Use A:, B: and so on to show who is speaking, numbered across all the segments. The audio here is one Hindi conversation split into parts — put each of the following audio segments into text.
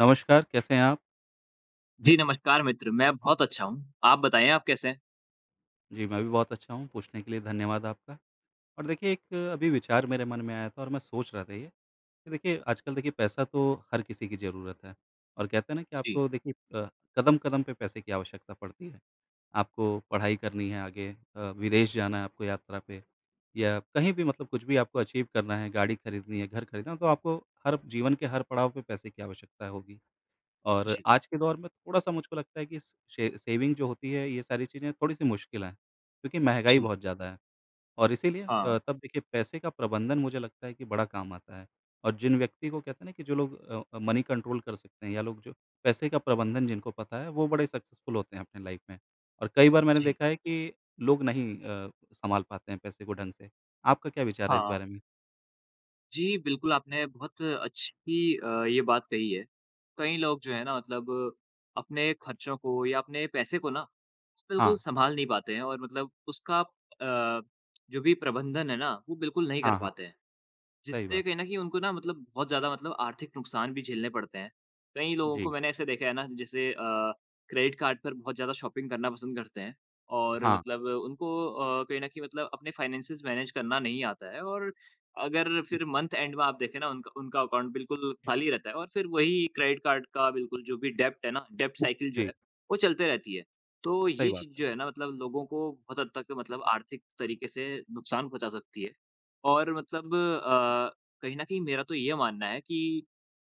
A: नमस्कार, कैसे हैं आप?
B: जी, नमस्कार मित्र, मैं बहुत अच्छा हूँ। आप बताएँ आप कैसे हैं?
A: जी, मैं भी बहुत अच्छा हूँ, पूछने के लिए धन्यवाद आपका। और देखिए एक अभी विचार मेरे मन में आया था और मैं सोच रहा था ये, कि देखिए आजकल देखिए पैसा तो हर किसी की ज़रूरत है और कहते हैं ना कि
B: जी,
A: आपको देखिए अ, कदम-कदम पे पैसे की आवश्यकता पड़ती है। आपको पढ़ाई करनी है आगे, विदेश जाना है आपको यात्रा पे या कहीं भी मतलब कुछ भी आपको अचीव करना है, गाड़ी खरीदनी है, घर खरीदना है, तो आपको हर जीवन के हर पड़ाव पे पैसे की आवश्यकता होगी। और
B: जी,
A: आज के दौर में थोड़ा-सा मुझको लगता है कि शे सेविंग जो होती है, ये सारी चीज़ें थोड़ी-सी मुश्किल हैं, क्योंकि महँगाई
B: जी,
A: बहुत ज़्यादा है और इसीलिए
B: हाँ,
A: तब देखिए पैसे का प्रबंधन मुझे लगता है कि बड़ा काम आता है और जिन व्यक्ति को कहते हैं ना कि जो लोग मनी कंट्रोल कर सकते हैं या लोग जो पैसे का प्रबंधन जिनको पता है, वो बड़े सक्सेसफुल होते हैं अपनी लाइफ़ में और कई बार मैंने
B: जी,
A: देखा है कि लोग नहीं सँभाल पाते हैं पैसे को ढंग से। आपका क्या विचार है इस
B: हाँ।
A: बारे में?
B: जी, बिल्कुल आपने बहुत अच्छी ये बात कही है। कई लोग जो है ना मतलब अपने खर्चों को या अपने पैसे को ना,
A: हाँ,
B: बिल्कुल सँभाल नहीं पाते हैं और मतलब उसका जो भी प्रबंधन है ना, वो बिल्कुल नहीं कर
A: हाँ, हाँ,
B: पाते हैं।
A: सही
B: जिससे
A: बात।
B: कहीं न कहीं उनको ना मतलब बहुत ज़्यादा मतलब आर्थिक नुकसान भी झेलने पड़ते हैं। कई लोगों को
A: जी,
B: मैंने ऐसे देखा है ना जैसे क्रेडिट कार्ड पर बहुत ज़्यादा शॉपिंग करना पसंद करते हैं और
A: हाँ,
B: मतलब उनको कहीं न कहीं मतलब अपने फाइनेंसेस मैनेज करना नहीं आता है और अगर फिर मंथ एंड में आप देखें ना उनका उनका अकाउंट बिल्कुल खाली रहता है और फिर वही क्रेडिट कार्ड का बिल्कुल जो भी डेब्ट है ना, डेब्ट साइकिल जो
A: जी,
B: है, वो चलते रहती है। तो
A: सही
B: ये
A: बात
B: चीज़
A: है।
B: जो है ना मतलब लोगों को बहुत हद तक मतलब आर्थिक तरीके से नुकसान पहुँचा सकती है। और मतलब कहीं न कहीं मेरा तो ये मानना है कि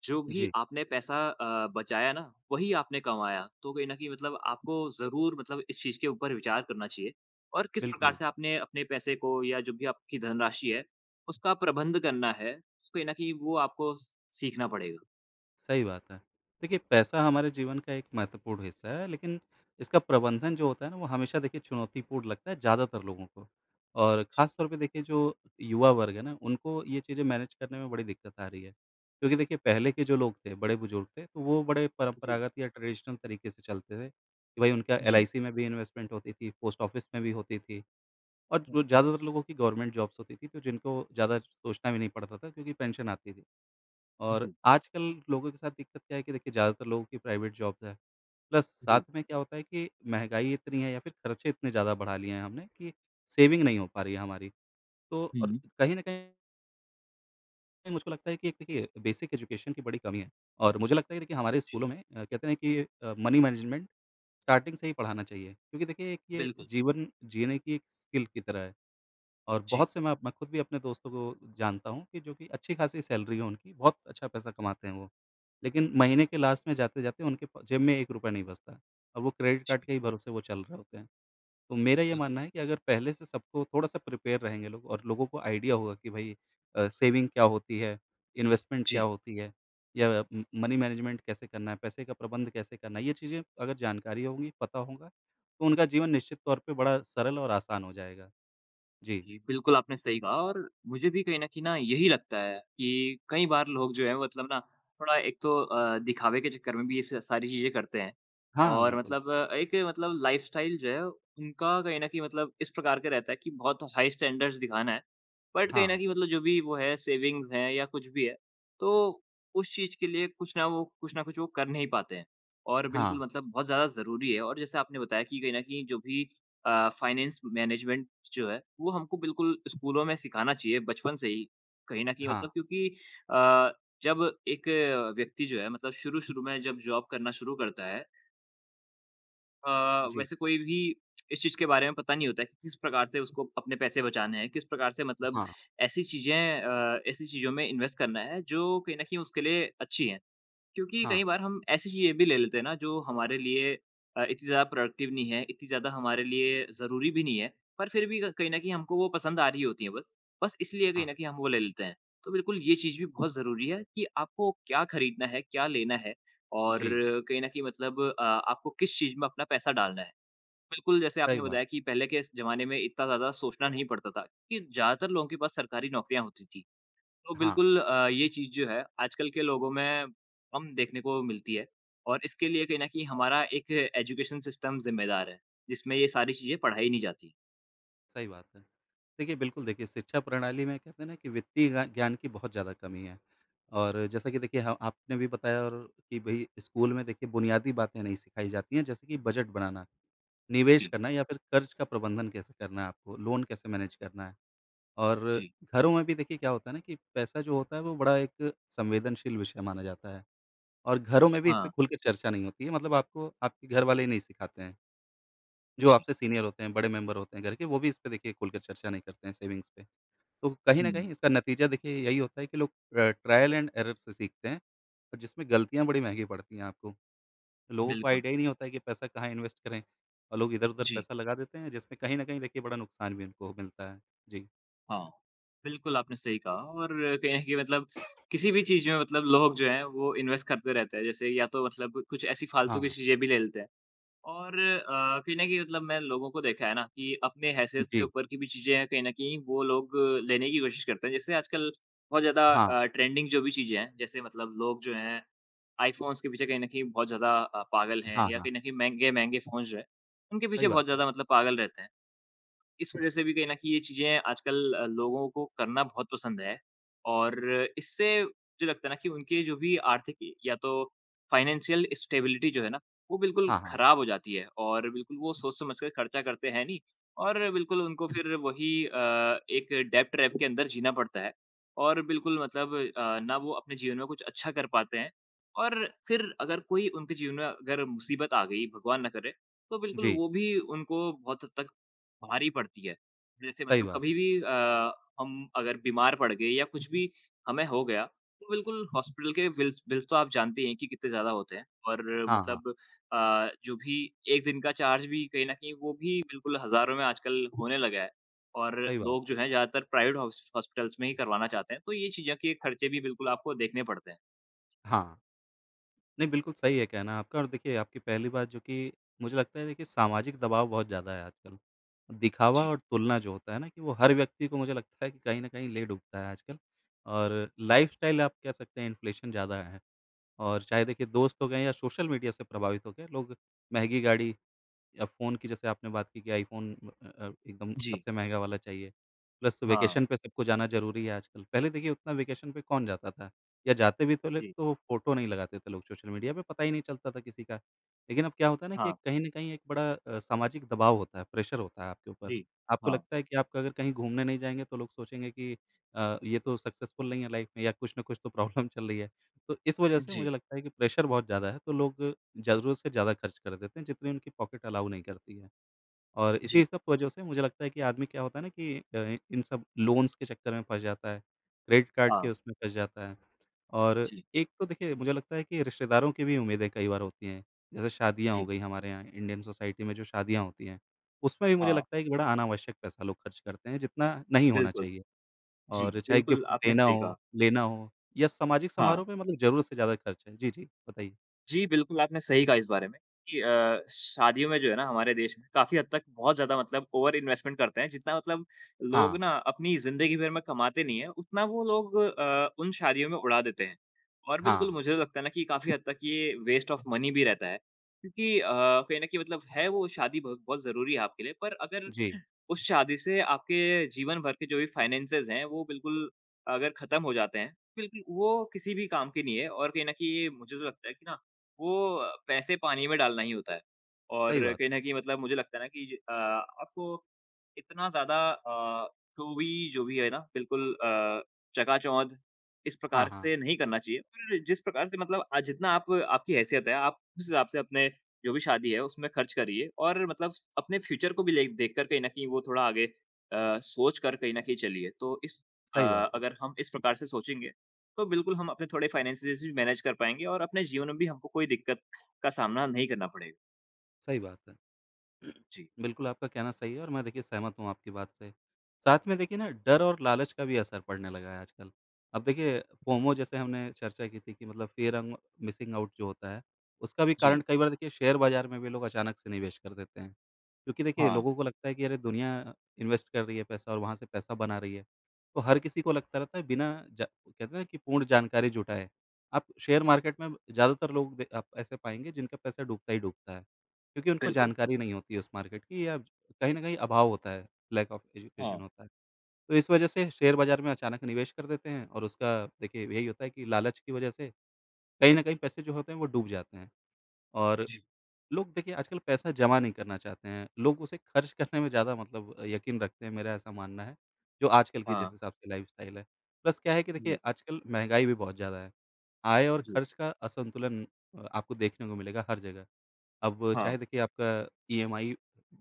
B: जो भी
A: जी,
B: आपने पैसा बचाया ना, वही आपने कमाया। तो कहीं न कहीं मतलब आपको ज़रूर मतलब इस चीज़ के ऊपर विचार करना चाहिए और किस प्रकार
A: बिल्कुल।
B: से आपने अपने पैसे को या जो भी आपकी धनराशि है, उसका प्रबंध करना है। कहीं न कहीं वो आपको स सीखना पड़ेगा।
A: सही बात है। देखिए पैसा हमारे जीवन का एक महत्वपूर्ण हिस्सा है, लेकिन इसका प्रबंधन जो होता है ना वो हमेशा देखिए चुनौतीपूर्ण लगता है ज़्यादातर लोगों को। और
B: जी,
A: ख़ास तौर पे देखिए जो युवा वर्ग है ना उनको ये चीज़ें मैनेज करने में बड़ी दिक्कत आ रही है। क्योंकि देखिए पहले के जो लोग थे, बड़े-बुजुर्ग थे, तो वो बड़े
B: जी, जी,
A: परंपरागत या ट्रेडिशनल तरीके से चलते थे कि भाई उनका
B: हुँ,
A: एलआईसी में भी इन्वेस्टमेंट होती थी, पोस्ट ऑफ़िस में भी होती थी और जो ज़्यादातर लोगों की गवर्नमेंट जॉब्स होती थी, तो जिनको ज़्यादा सोचना भी नहीं पड़ता था क्योंकि पेंशन आती थी। और
B: जी,
A: आजकल लोगों के साथ दिक्कत क्या है कि देखिए ज़्यादातर लोगों की प्राइवेट जॉब्स है। प्लस साथ
B: जी,
A: में क्या होता है कि महँगाई इतनी है या फिर खर्चे इतने ज़्यादा बढ़ा लिए हैं हमने कि सेविंग नहीं हो पा रही है हमारी। तो और
B: हुँ।
A: कहीं न कहीं मुझको लगता है कि एक देखिए बेसिक एजुकेशन की बड़ी कमी है और मुझे लगता है कि देखिए हमारे
B: जी,
A: स्कूलों में कहते हैं कि मनी मैनेजमेंट स्टार्टिंग से ही पढ़ाना चाहिए क्योंकि देखिए एक ये
B: बिल्कुल,
A: जीवन जीने की एक स्किल की तरह है। और
B: जी,
A: बहुत से मैं खुद भी अपने दोस्तों को जानता हूँ कि जो कि अच्छी खासी सैलरी है उनकी, बहुत अच्छा पैसा कमाते हैं वो। लेकिन महीने के लास्ट में जाते-जाते उनके प जेब में ₹1 नहीं बचता और वो क्रेडिट
B: जी,
A: कार्ड के ही भरोसे वो चल रहे होते हैं। तो मेरा ये मानना
B: बिल्कुल,
A: है कि अगर पहले से सबको थोड़ा-सा प्रिपेयर रहेंगे लोग और लोगों को आइडिया होगा कि भई, सेविंग क्या होती है, इन्वेस्टमेंट क्या
B: जी।
A: होती है या म मनी मैनेजमेंट कैसे करना है, पैसे का प्रबंध कैसे करना है, ये चीज़ें अगर जानकारी होंगी, पता होगा, तो उनका जीवन निश्चित तौर पे बड़ा सरल और आसान हो जाएगा। जी।
B: जी, बिल्कुल आपने सही कहा और मुझे भी कहीं न कहीं ना यही लगता है कि कई बार लोग जो हैं मतलब ना थोड़ा एक तो दिखावे के चक्कर में भी ये स सारी चीज़ें करते हैं।
A: हाँ, हाँ,
B: और
A: बिल्कुल।
B: मतलब एक मतलब लाइफ़स्टाइल जो है उनका कहीं न कहीं मतलब इस प्रकार का रहता है कि बहुत हाई स्टैंडर्ड्स दिखाना है। बट कहीं न
A: हाँ,
B: कहीं मतलब जो भी वो है सेविंग्स हैं या कुछ भी है, तो उस चीज़ के लिए कुछ ना कुछ वो कर नहीं पाते हैं। और
A: हाँ,
B: बिल्कुल मतलब बहुत ज़्यादा ज़रूरी है और जैसे आपने बताया कि कहीं न कहीं जो भी फाइनेंस मैनेजमेंट जो है, वो हमको बिल्कुल स्कूलों में सिखाना चाहिए बचपन से ही, कहीं न कहीं
A: हाँ,
B: मतलब क्योंकि अ, जब एक व्यक्ति जो है मतलब शुरू-शुरू में जब जॉब करना शुरू करता है अ,
A: जी,
B: वैसे कोई भी इस चीज़ के बारे में पता नहीं होता है कि किस प्रकार से उसको अपने पैसे बचाने हैं, किस प्रकार से मतलब
A: हाँ,
B: ऐसी चीज़ों में इन्वेस्ट करना है जो कहीं न कहीं उसके लिए अच्छी हैं। क्योंकि
A: हाँ,
B: कई बार हम ऐसी चीज़ें भी ले लेते हैं ना जो हमारे लिए इतनी ज़्यादा प्रोडक्टिव नहीं है, इतनी ज़्यादा हमारे लिए ज़रूरी भी नहीं है, पर फिर भी क कहीं न कहीं हमको वो पसंद आ रही होती हैं बस। बस इसलिए कहीं
A: हाँ,
B: न कहीं हम वो ले लेते हैं। तो बिल्कुल ये चीज़ भी बहुत ज़रूरी है कि आपको क्या खरीदना है, क्या लेना है और
A: जी,
B: कहीं न कहीं मतलब आपको किस चीज़ में अपना पैसा डालना है। बिल्कुल जैसे
A: सही
B: आपने
A: बात,
B: बताया कि पहले के ज़माने में इतना ज़्यादा सोचना नहीं पड़ता था, कि ज़्यादातर लोगों के पास सरकारी नौकरियाँ होती थी। तो
A: हाँ,
B: बिल्कुल ये चीज़ जो है आजकल के लोगों में कम देखने को मिलती है और इसके लिए कहीं न कहीं हमारा एक एजुकेशन सिस्टम ज़िम्मेदार है, जिसमें ये सारी चीज़ें पढ़ाई नहीं जाती।
A: सही बात है। देखिए, बिल्कुल देखिए, शिक्षा प्रणाली में कहते हैं ना कि वित्तीय ज्ञान की बहुत ज़्यादा कमी है और जैसा कि देखिए ह आपने भी बताया और कि भई स्कूल में देखिए बुनियादी बातें नहीं सिखाई जाती हैं, जैसे कि बजट बनाना, निवेश
B: जी,
A: करना या फिर कर्ज का प्रबंधन कैसे करना है आपको, लोन कैसे मैनेज करना है और
B: जी।
A: घरों में भी देखिए क्या होता है ना कि पैसा जो होता है, वो बड़ा एक संवेदनशील विषय माना जाता है। और घरों में भी इस पे
B: हाँ,
A: खुल के चर्चा नहीं होती है, मतलब आपको आपके घर वाले ही नहीं सिखाते हैं। जो
B: जी।
A: आपसे सीनियर होते हैं, बड़े मेंबर होते हैं घर के, वो भी इस पे देखिए खुल के चर्चा नहीं करते हैं सेविंग्स पे। तो कहीं न
B: हुँ,
A: कहीं इसका नतीजा देखिए यही होता है कि लोग ट्रायल एंड एरर से सीखते हैं और जिसमें गलतियाँ बड़ी महँगी पड़ती हैं आपको। लोगों को
B: बिल्कुल।
A: आइडिया ही नहीं होता है कि पैसा कहाँ इन्वेस्ट करें और लोग इधर-उधर
B: जी,
A: पैसा लगा देते हैं जिसमें कहीं न कहीं देखिए बड़ा नुकसान भी उनको मिलता है। जी।
B: हाँ। बिल्कुल, आपने सही कहा और कहीं न कहीं मतलब किसी भी चीज़ में मतलब लोग जो हैं वो इन्वेस्ट करते रहते हैं। जैसे या तो मतलब कुछ ऐसी फालतू की
A: हाँ।
B: चीज़ें भी ले लेते हैं। और कहीं न कहीं मतलब मैं लोगों को देखा है ना कि अपने हैसियत से
A: जी।
B: ऊपर की भी चीज़ें हैं, कहीं न कहीं वो लोग लेने की कोशिश करते हैं। जैसे आजकल बहुत ज़्यादा
A: हाँ,
B: अ, ट्रेंडिंग जो भी चीज़ें हैं, जैसे मतलब लोग जो हैं आईफ़ोन्स के पीछे कहीं न कहीं बहुत ज़्यादा पागल हैं
A: हाँ,
B: या
A: हाँ।
B: कहीं न कहीं महँगे-महँगे फ़ोन्स जो हैं, उनके
A: सही
B: पीछे बहुत
A: बात है।
B: ज़्यादा मतलब पागल रहते हैं। इस वज़ह से भी कहीं न कहीं ये चीज़ें आजकल लोगों को करना बहुत पसंद है और इससे मुझे लगता है ना कि उनकी जो भी आर्थिक या तो फ़ाइनेंशियल स्टेबिलिटी जो है ना, वो बिल्कुल
A: हाँ, हाँ।
B: ख़राब हो जाती है और बिल्कुल वो सोच-समझ कर खर्चा करते हैं नहीं और बिल्कुल उनको फिर वही एक डेब्ट ट्रैप के अंदर जीना पड़ता है और बिल्कुल मतलब ना वो अपने जीवन में कुछ अच्छा कर पाते हैं और फिर अगर कोई उनके जीवन में अगर मुसीबत आ गई, भगवान ना करे, तो बिल्कुल
A: जी,
B: वो भी उनको बहुत हद तक भारी पड़ती है। जैसे
A: सही
B: मतलब
A: बात
B: कभी
A: है।
B: भी अ, हम अगर बीमार पड़ गए या कुछ भी हमें हो गया, तो बिल्कुल हॉस्पिटल के बिल तो आप जानते ही हैं कि कितने ज़्यादा होते हैं और
A: हाँ, हाँ।
B: मतलब जो भी 1 दिन का चार्ज भी कहीं न कहीं वो भी बिल्कुल हज़ारों में आजकल होने लगा है और
A: सही बात
B: लोग जो
A: है।
B: हैं ज़्यादातर प्राइवेट हॉस्पिटल्स में ही करवाना चाहते हैं, तो ये चीज़ें के खर्चे भी बिल्कुल आपको देखने पड़ते हैं।
A: हाँ। नहीं, बिल्कुल सही है कहना आपका और देखिए आपकी पहली बात जो कि मुझे लगता है देखिए सामाजिक दबाव बहुत ज़्यादा है आजकल। दिखावा
B: जी।
A: और तुलना जो होता है ना कि वो हर व्यक्ति को मुझे लगता है कि कहीं न कहीं ले डूबता है आजकल और लाइफ़स्टाइल आप कह सकते हैं इन्फ्लेशन ज़्यादा है और चाहे देखिए दोस्त हो गए या सोशल मीडिया से प्रभावित हो गए लोग, महँगी गाड़ी, अब फ़ोन की जैसे आपने बात की कि आईफ़ोन, एकदम
B: जी।
A: सबसे महँगा वाला चाहिए। प्लस
B: हाँ।
A: वेकेशन पे सबको जाना ज़रूरी है आजकल। पहले देखिए उतना वेकेशन पे कौन जाता था या जाते भी तो लोग
B: जी।
A: तो फ़ोटो नहीं लगाते थे लोग सोशल मीडिया पे, पता ही नहीं चलता था किसी का। लेकिन अब क्या होता है ना कि एक
B: हाँ।
A: कहीं न कहीं एक बड़ा सामाजिक दबाव होता है, प्रेशर होता है आपके ऊपर।
B: जी।
A: आपको
B: हाँ।
A: लगता है कि आप अगर कहीं घूमने नहीं जाएँगे तो लोग सोचेंगे कि ये तो सक्सेसफुल नहीं है लाइफ़ में या कुछ ना कुछ तो प्रॉब्लम चल रही है। तो इस वजह से
B: जी।
A: मुझे लगता है कि प्रेशर बहुत ज़्यादा है तो लोग ज़रूरत से ज़्यादा खर्च कर देते हैं, जितनी उनकी पॉकेट अलाउ नहीं करती है। और
B: जी।
A: इसी सब वजह से मुझे लगता है कि आदमी क्या होता है ना कि इन सब लोन्स के चक्कर में फँस जाता है, क्रेडिट कार्ड के
B: हाँ।
A: उसमें फँस जाता है। और
B: जी।
A: एक तो देखिए मुझे लगता है कि रिश्तेदारों की भी उम्मीदें कई बार होती हैं, जैसे शादियाँ हो
B: जी।
A: गई हमारे यहाँ इंडियन सोसाइटी में जो शादियाँ होती हैं, उसमें भी मुझे
B: हाँ।
A: लगता है कि बड़ा अनावश्यक पैसा लोग खर्च करते हैं, जितना नहीं होना
B: बिल्कुल।
A: चाहिए।
B: जी,
A: और चाहे
B: बिल्कुल
A: गिफ्ट्स
B: आपने
A: देना
B: सही
A: हो,
B: कहा।
A: लेना हो या सामाजिक
B: हाँ,
A: समारोह में मतलब ज़रूरत से ज़्यादा खर्च है। जी, जी, बताइए।
B: जी, बिल्कुल, आपने सही कहा इस बारे में कि शादियों में जो है ना हमारे देश में काफ़ी हद तक बहुत ज़्यादा मतलब ओवर इन्वेस्टमेंट करते हैं। जितना मतलब लोग
A: हाँ,
B: ना अपनी ज़िंदगी भर में कमाते नहीं हैं, उतना वो लोग उन शादियों में उड़ा देते हैं। और बिल्कुल
A: हाँ।
B: मुझे तो लगता है ना कि काफ़ी हद तक ये वेस्ट ऑफ मनी भी रहता है क्योंकि कहीं न कहीं मतलब है वो शादी ब बहुत ज़रूरी है आपके लिए पर अगर
A: जी।
B: उस शादी से आपके जीवन भर के जो भी फाइनेंसेज़ हैं, वो बिल्कुल अगर खत्म हो जाते हैं, बिल्कुल वो किसी भी काम के नहीं है और कहीं न कहीं ये मुझे तो लगता है कि ना वो पैसे पानी में डालना ही होता है।
A: सही
B: और
A: बात
B: कहीं
A: है।
B: न कहीं मतलब मुझे लगता है ना कि आपको इतना ज़्यादा शोवी जो भी है ना बिल्कुल चकाचौंध इस
A: हाँ,
B: प्रकार
A: हाँ।
B: से नहीं करना चाहिए। और जिस प्रकार से मतलब जितना आप आपकी हैसियत है आप उस हिसाब से अपने जो भी शादी है उसमें खर्च करिए और मतलब अपने फ्यूचर को भी ले देखकर कहीं न कहीं वो थोड़ा आगे सोच कर कहीं न कहीं चलिए। तो अ,
A: सही बात है,
B: अगर हम इस प्रकार से सोचेंगे तो बिल्कुल हम अपने थोड़े फाइनेंसेस भी मैनेज कर पाएँगे और अपने जीवन में भी हमको कोई दिक्कत का सामना नहीं करना पड़ेगा।
A: सही बात है।
B: जी,
A: बिल्कुल, आपका कहना सही है और मैं देखिए सहमत हूँ आपकी बात से। साथ में देखिए ना डर और लालच का भी असर पड़ने लगा है आजकल। अब देखिए फोमो जैसे हमने चर्चा की थी कि मतलब फियर अंग मिसिंग आउट जो होता है, उसका भी कारण
B: जी।
A: कई बार देखिए शेयर बाज़ार में भी लोग अचानक से निवेश कर देते हैं। क्योंकि देखिए
B: हाँ,
A: लोगों को लगता है कि अरे दुनिया इन्वेस्ट कर रही है पैसा और वहाँ से पैसा बना रही है। तो हर किसी को लगता रहता है बिना, जा कहते हैं ना कि पूर्ण जानकारी जुटाए। आप शेयर मार्केट में ज़्यादातर लोग दे आप ऐसे पाएँगे जिनका पैसा डूबता ही डूबता है। क्योंकि उनको
B: बिल्कुल।
A: जानकारी नहीं होती है उस मार्केट की या कहीं न कहीं अभाव होता है, लैक ऑफ एजुकेशन
B: हाँ,
A: होता है। तो इस वजह से शेयर बाज़ार में अचानक निवेश कर देते हैं और उसका देखिए यही होता है कि लालच की वजह से कहीं न कहीं पैसे जो होते हैं वो डूब जाते हैं और
B: जी।
A: लोग देखिए आजकल पैसा जमा नहीं करना चाहते हैं, लोग उसे खर्च करने में ज़्यादा मतलब यकीन रखते हैं, मेरा ऐसा मानना है, जो आजकल की
B: हाँ,
A: जिस हिसाब से लाइफ़स्टाइल है। प्लस क्या है कि देखिए
B: जी,
A: आजकल महँगाई भी बहुत ज़्यादा है, आय और
B: जी।
A: खर्च का असंतुलन आपको देखने को मिलेगा हर जगह। अब
B: हाँ,
A: चाहे देखिए आपका ईएमआई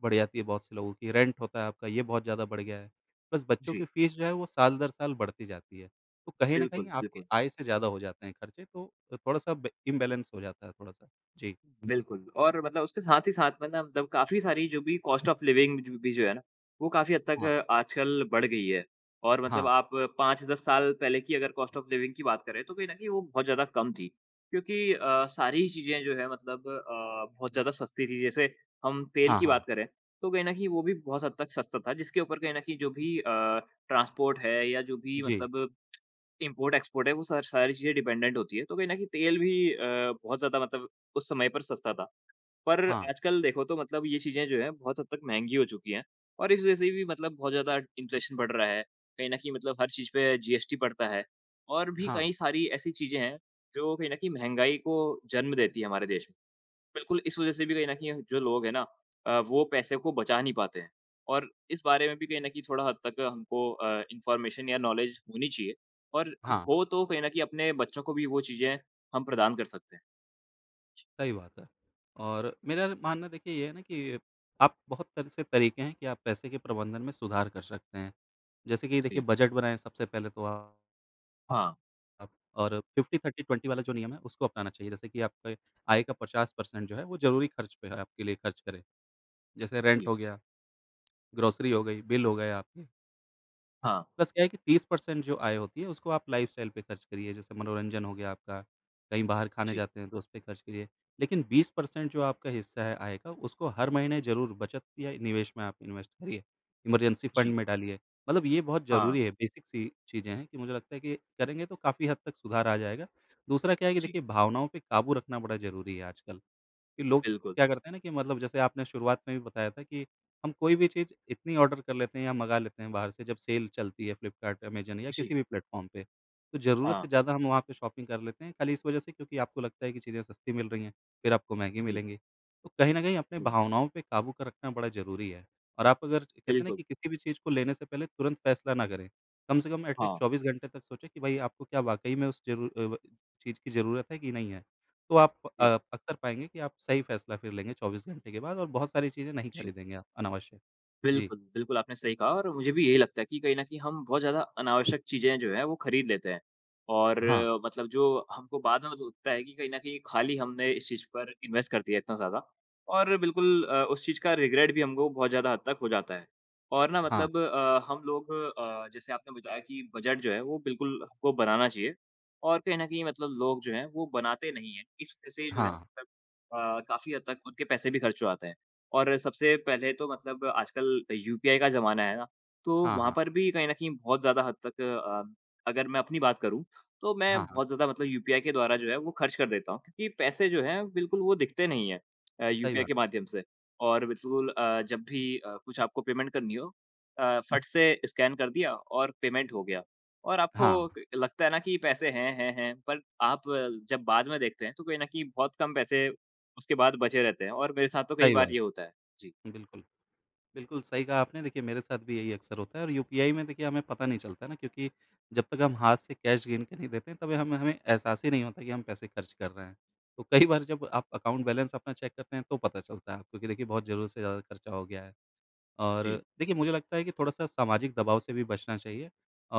A: बढ़ जाती है बहुत से लोगों की, रेंट होता है आपका ये बहुत ज़्यादा बढ़ गया है। बस बच्चों की
B: जी।
A: फीस जो है वो साल दर साल बढ़ती जाती है। तो कहीं न कहीं
B: बिल्कुल,
A: आपकी
B: बिल्कुल।
A: आय से ज़्यादा हो जाते हैं खर्चे तो थोड़ा-सा ब इम्बैलेंस हो जाता है थोड़ा-सा। जी,
B: बिल्कुल, और मतलब उसके साथ ही साथ में ना मतलब काफ़ी सारी जो भी कॉस्ट ऑफ लिविंग जो भी जो है ना, वो काफ़ी हद तक
A: हाँ,
B: आजकल बढ़ गई है। और
A: हाँ,
B: मतलब आप 5-10 साल पहले की अगर कॉस्ट ऑफ लिविंग की बात करें तो कहीं न कहीं वो बहुत ज़्यादा कम थी। क्योंकि सारी चीज़ें जो है मतलब बहुत ज़्यादा सस्ती थी। जैसे हम तेल
A: हाँ,
B: की
A: हाँ।
B: बात करें, तो कहीं न कहीं वो भी बहुत हद तक सस्ता था जिसके ऊपर कहीं न कहीं जो भी ट्रांसपोर्ट है या जो भी
A: जी,
B: मतलब इम्पोर्ट-एक्सपोर्ट है, वो सारी चीज़ें डिपेंडेंट होती है, तो कहीं न कहीं तेल बहुत ज़्यादा मतलब उस समय पर सस्ता था। पर
A: हाँ,
B: आजकल देखो तो मतलब ये चीज़ें जो हैं बहुत हद तक महँगी हो चुकी हैं और इस वज़ह से भी मतलब बहुत ज़्यादा इन्फ्लेशन बढ़ रहा है। कहीं न कहीं मतलब हर चीज़ पे जीएसटी पड़ता है और भी
A: हाँ,
B: कई सारी ऐसी चीज़ें हैं, जो कहीं न कहीं महँगाई को जन्म देती है हमारे देश में। बिल्कुल, इस वज़ह से भी कहीं न कहीं जो लोग हैं ना, वो पैसे को बचा नहीं पाते हैं और इस बारे में भी कहीं न कहीं थोड़ा हद तक हमको इन्फॉर्मेशन या नॉलेज होनी चाहिए और
A: हाँ, हाँ,
B: हो तो कहीं न कहीं अपने बच्चों को भी वो चीज़ें हम प्रदान कर सकते हैं।
A: सही बात है। और मेरा मानना देखिए ये है ना कि आप बहुत तरह से तरीके हैं कि आप पैसे के प्रबंधन में सुधार कर सकते हैं। जैसे कि देखिए
B: जी।
A: बजट बनाएँ सबसे पहले तो आप।
B: हाँ,
A: आप और 50-30-20 वाला जो नियम है, उसको अपनाना चाहिए। जैसे कि आपके आय का 50% जो है, वो ज़रूरी खर्च पे है, आपके लिए खर्च करें। जैसे रेंट
B: जी।
A: हो गया, ग्रोसरी हो गई, बिल हो गए आपके।
B: हाँ,
A: प्लस क्या है कि 30% जो आय होती है उसको आप लाइफ़स्टाइल पे खर्च करिए, जैसे मनोरंजन हो गया आपका, कहीं बाहर खाने
B: जी,
A: जाते हैं तो उस पे खर्च करिए। लेकिन 20% जो आपका हिस्सा है आय का, उसको हर महीने ज़रूर बचत या निवेश में आप इन्वेस्ट करिए, इमरजेंसी
B: जी।
A: फंड में डालिए। मतलब ये बहुत
B: हाँ,
A: ज़रूरी है, बेसिक सी चीज़ें हैं कि मुझे लगता है कि करेंगे तो काफ़ी हद तक सुधार आ जाएगा। दूसरा क्या है कि
B: जी,
A: देखिए भावनाओं पे काबू रखना बड़ा ज़रूरी है आजकल। कि लोग
B: बिल्कुल।
A: क्या करते हैं ना कि मतलब जैसे आपने शुरुआत में भी बताया था कि हम कोई भी चीज़ इतनी ऑर्डर कर लेते हैं या मंगा लेते हैं बाहर से जब सेल चलती है फ्लिपकार्ट, अमेज़न या किसी
B: जी,
A: भी प्लेटफ़ॉर्म पे। तो ज़रूरत
B: हाँ,
A: से ज़्यादा हम वहाँ पे शॉपिंग कर लेते हैं खाली इस वजह से क्योंकि आपको लगता है कि चीज़ें सस्ती मिल रही हैं, फिर आपको महँगी
B: जी,
A: मिलेंगी। तो कहीं न कहीं अपने
B: जी,
A: भावनाओं पे काबू कर रखना बड़ा ज़रूरी है और आप अगर कहते हैं ना
B: बिल्कुल।
A: कि किसी भी चीज़ को लेने से पहले तुरंत फैसला ना करें। कम से कम एटलीस्ट
B: हाँ,
A: 24 घंटे तक सोचें कि भाई आपको क्या वाक़ई में उस व चीज़ की ज़रूरत है कि नहीं है। तो आप
B: जी,
A: अक्सर पाएँगे कि आप सही फ़ैसला फिर लेंगे 24 घंटे के बाद और बहुत सारी चीज़ें नहीं
B: जी।
A: खरीदेंगे आप अनावश्यक। जी।
B: बिल्कुल, बिल्कुल आपने सही कहा और मुझे भी यही लगता है कि कहीं न कहीं हम बहुत ज़्यादा अनावश्यक चीज़ें जो हैं वो खरीद लेते हैं। और
A: हाँ,
B: मतलब जो हमको बाद में लगता है कि कहीं न कहीं खाली हमने इस चीज़ पर इन्वेस्ट कर दिया इतना ज़्यादा और बिल्कुल उस चीज़ का रिग्रेट भी हमको बहुत ज़्यादा हद तक हो जाता है। और ना
A: हाँ,
B: हम लोग जैसे आपने बताया कि बजट जो है वो बिल्कुल हमको बनाना चाहिए और कहीं न कहीं मतलब लोग जो हैं वो बनाते नहीं हैं। इस वजह से जो है ना
A: हाँ,
B: मतलब काफ़ी हद तक उनके पैसे भी खर्च हो जाते हैं। और सबसे पहले तो मतलब आजकल यूपीआई का ज़माना है ना, तो
A: हाँ,
B: वहाँ
A: हाँ,
B: पर भी कहीं न कहीं बहुत ज़्यादा हद अगर मैं अपनी बात करूँ, तो
A: हाँ,
B: मैं
A: हाँ,
B: बहुत ज़्यादा मतलब यूपीआई के द्वारा जो है वो खर्च कर देता हूँ क्योंकि पैसे जो हैं बिल्कुल वो दिखते नहीं हैं
A: सही
B: यूपीआई
A: बात
B: के
A: है।
B: माध्यम से और बिल्कुल जब भी कुछ आपको पेमेंट करनी हो फट से स्कैन कर दिया और पेमेंट हो गया और आपको
A: हाँ,
B: क लगता है ना कि पैसे हैं, पर आप जब बाद में देखते हैं तो कहीं न कहीं बहुत कम पैसे उसके बाद बचे रहते हैं और मेरे साथ तो कई
A: सही बात
B: बार ये होता
A: है।
B: है। जी,
A: बिल्कुल, बिल्कुल सही कहा आपने देखिए मेरे साथ भी यही अक्सर होता है और यूपीआई में देखिए हमें पता नहीं चलता ना क्योंकि जब तक हम हाथ से कैश गिन के नहीं देते हैं तब हम हमें एहसास ही नहीं होता कि हम पैसे खर्च कर रहे हैं। तो कई बार जब आप अकाउंट बैलेंस अपना चेक करते हैं तो पता चलता है आपको कि देखिए बहुत ज़रूरत से ज़्यादा खर्चा हो गया है। और
B: जी,
A: देखिए मुझे लगता है कि थोड़ा-सा सामाजिक दबाव से भी बचना चाहिए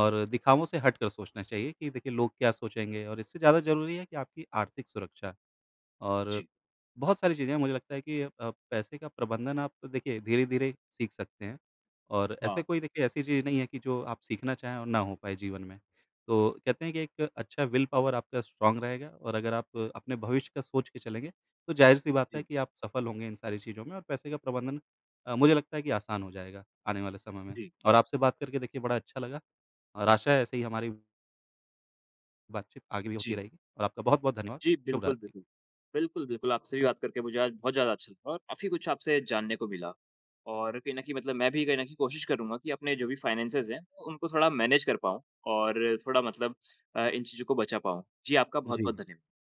A: और दिखावों से हट कर सोचना चाहिए कि देखिए लोग क्या सोचेंगे और इससे ज़्यादा ज़रूरी है कि आपकी आर्थिक सुरक्षा। और
B: जी।
A: बहुत सारी चीज़ें हैं, मुझे लगता है कि पैसे का प्रबंधन आप देखिए धीरे-धीरे सीख सकते हैं और ऐसे
B: हाँ,
A: कोई देखिए ऐसी चीज़ नहीं है कि जो आप सीखना चाहें और ना हो पाए जीवन में। तो
B: जी,
A: कहते हैं कि एक अच्छा विल पावर आपका स्ट्रॉन्ग रहेगा और अगर आप अपने भविष्य का सोच के चलेंगे, तो ज़ाहिर-सी बात है
B: जी,
A: कि आप सफल होंगे इन सारी चीज़ों में और पैसे का प्रबंधन मुझे लगता है कि आसान हो जाएगा आने वाले समय में।
B: जी,
A: और आपसे बात करके देखिए बड़ा अच्छा लगा और आशा है ऐसे ही हमारी बातचीत आगे भी होती
B: जी,
A: रहेगी और आपका बहुत-बहुत धन्यवाद।
B: जी,
A: शुभ
B: बिल्कुल,
A: रात्रि।
B: बिल्कुल। बिल्कुल, बिल्कुल, आपसे भी बात करके मुझे आज बहुत ज़्यादा अच्छा लगा और काफ़ी कुछ आपसे जानने को मिला। और कहीं न कहीं मतलब मैं भी कहीं न कहीं कोशिश करूँगा कि अपने जो भी फाइनेंसेज़ हैं, उनको थोड़ा मैनेज कर पाऊँ और थोड़ा इन चीज़ों को बचा पाऊँ। जी, आपका
A: जी।
B: बहुत-बहुत धन्यवाद।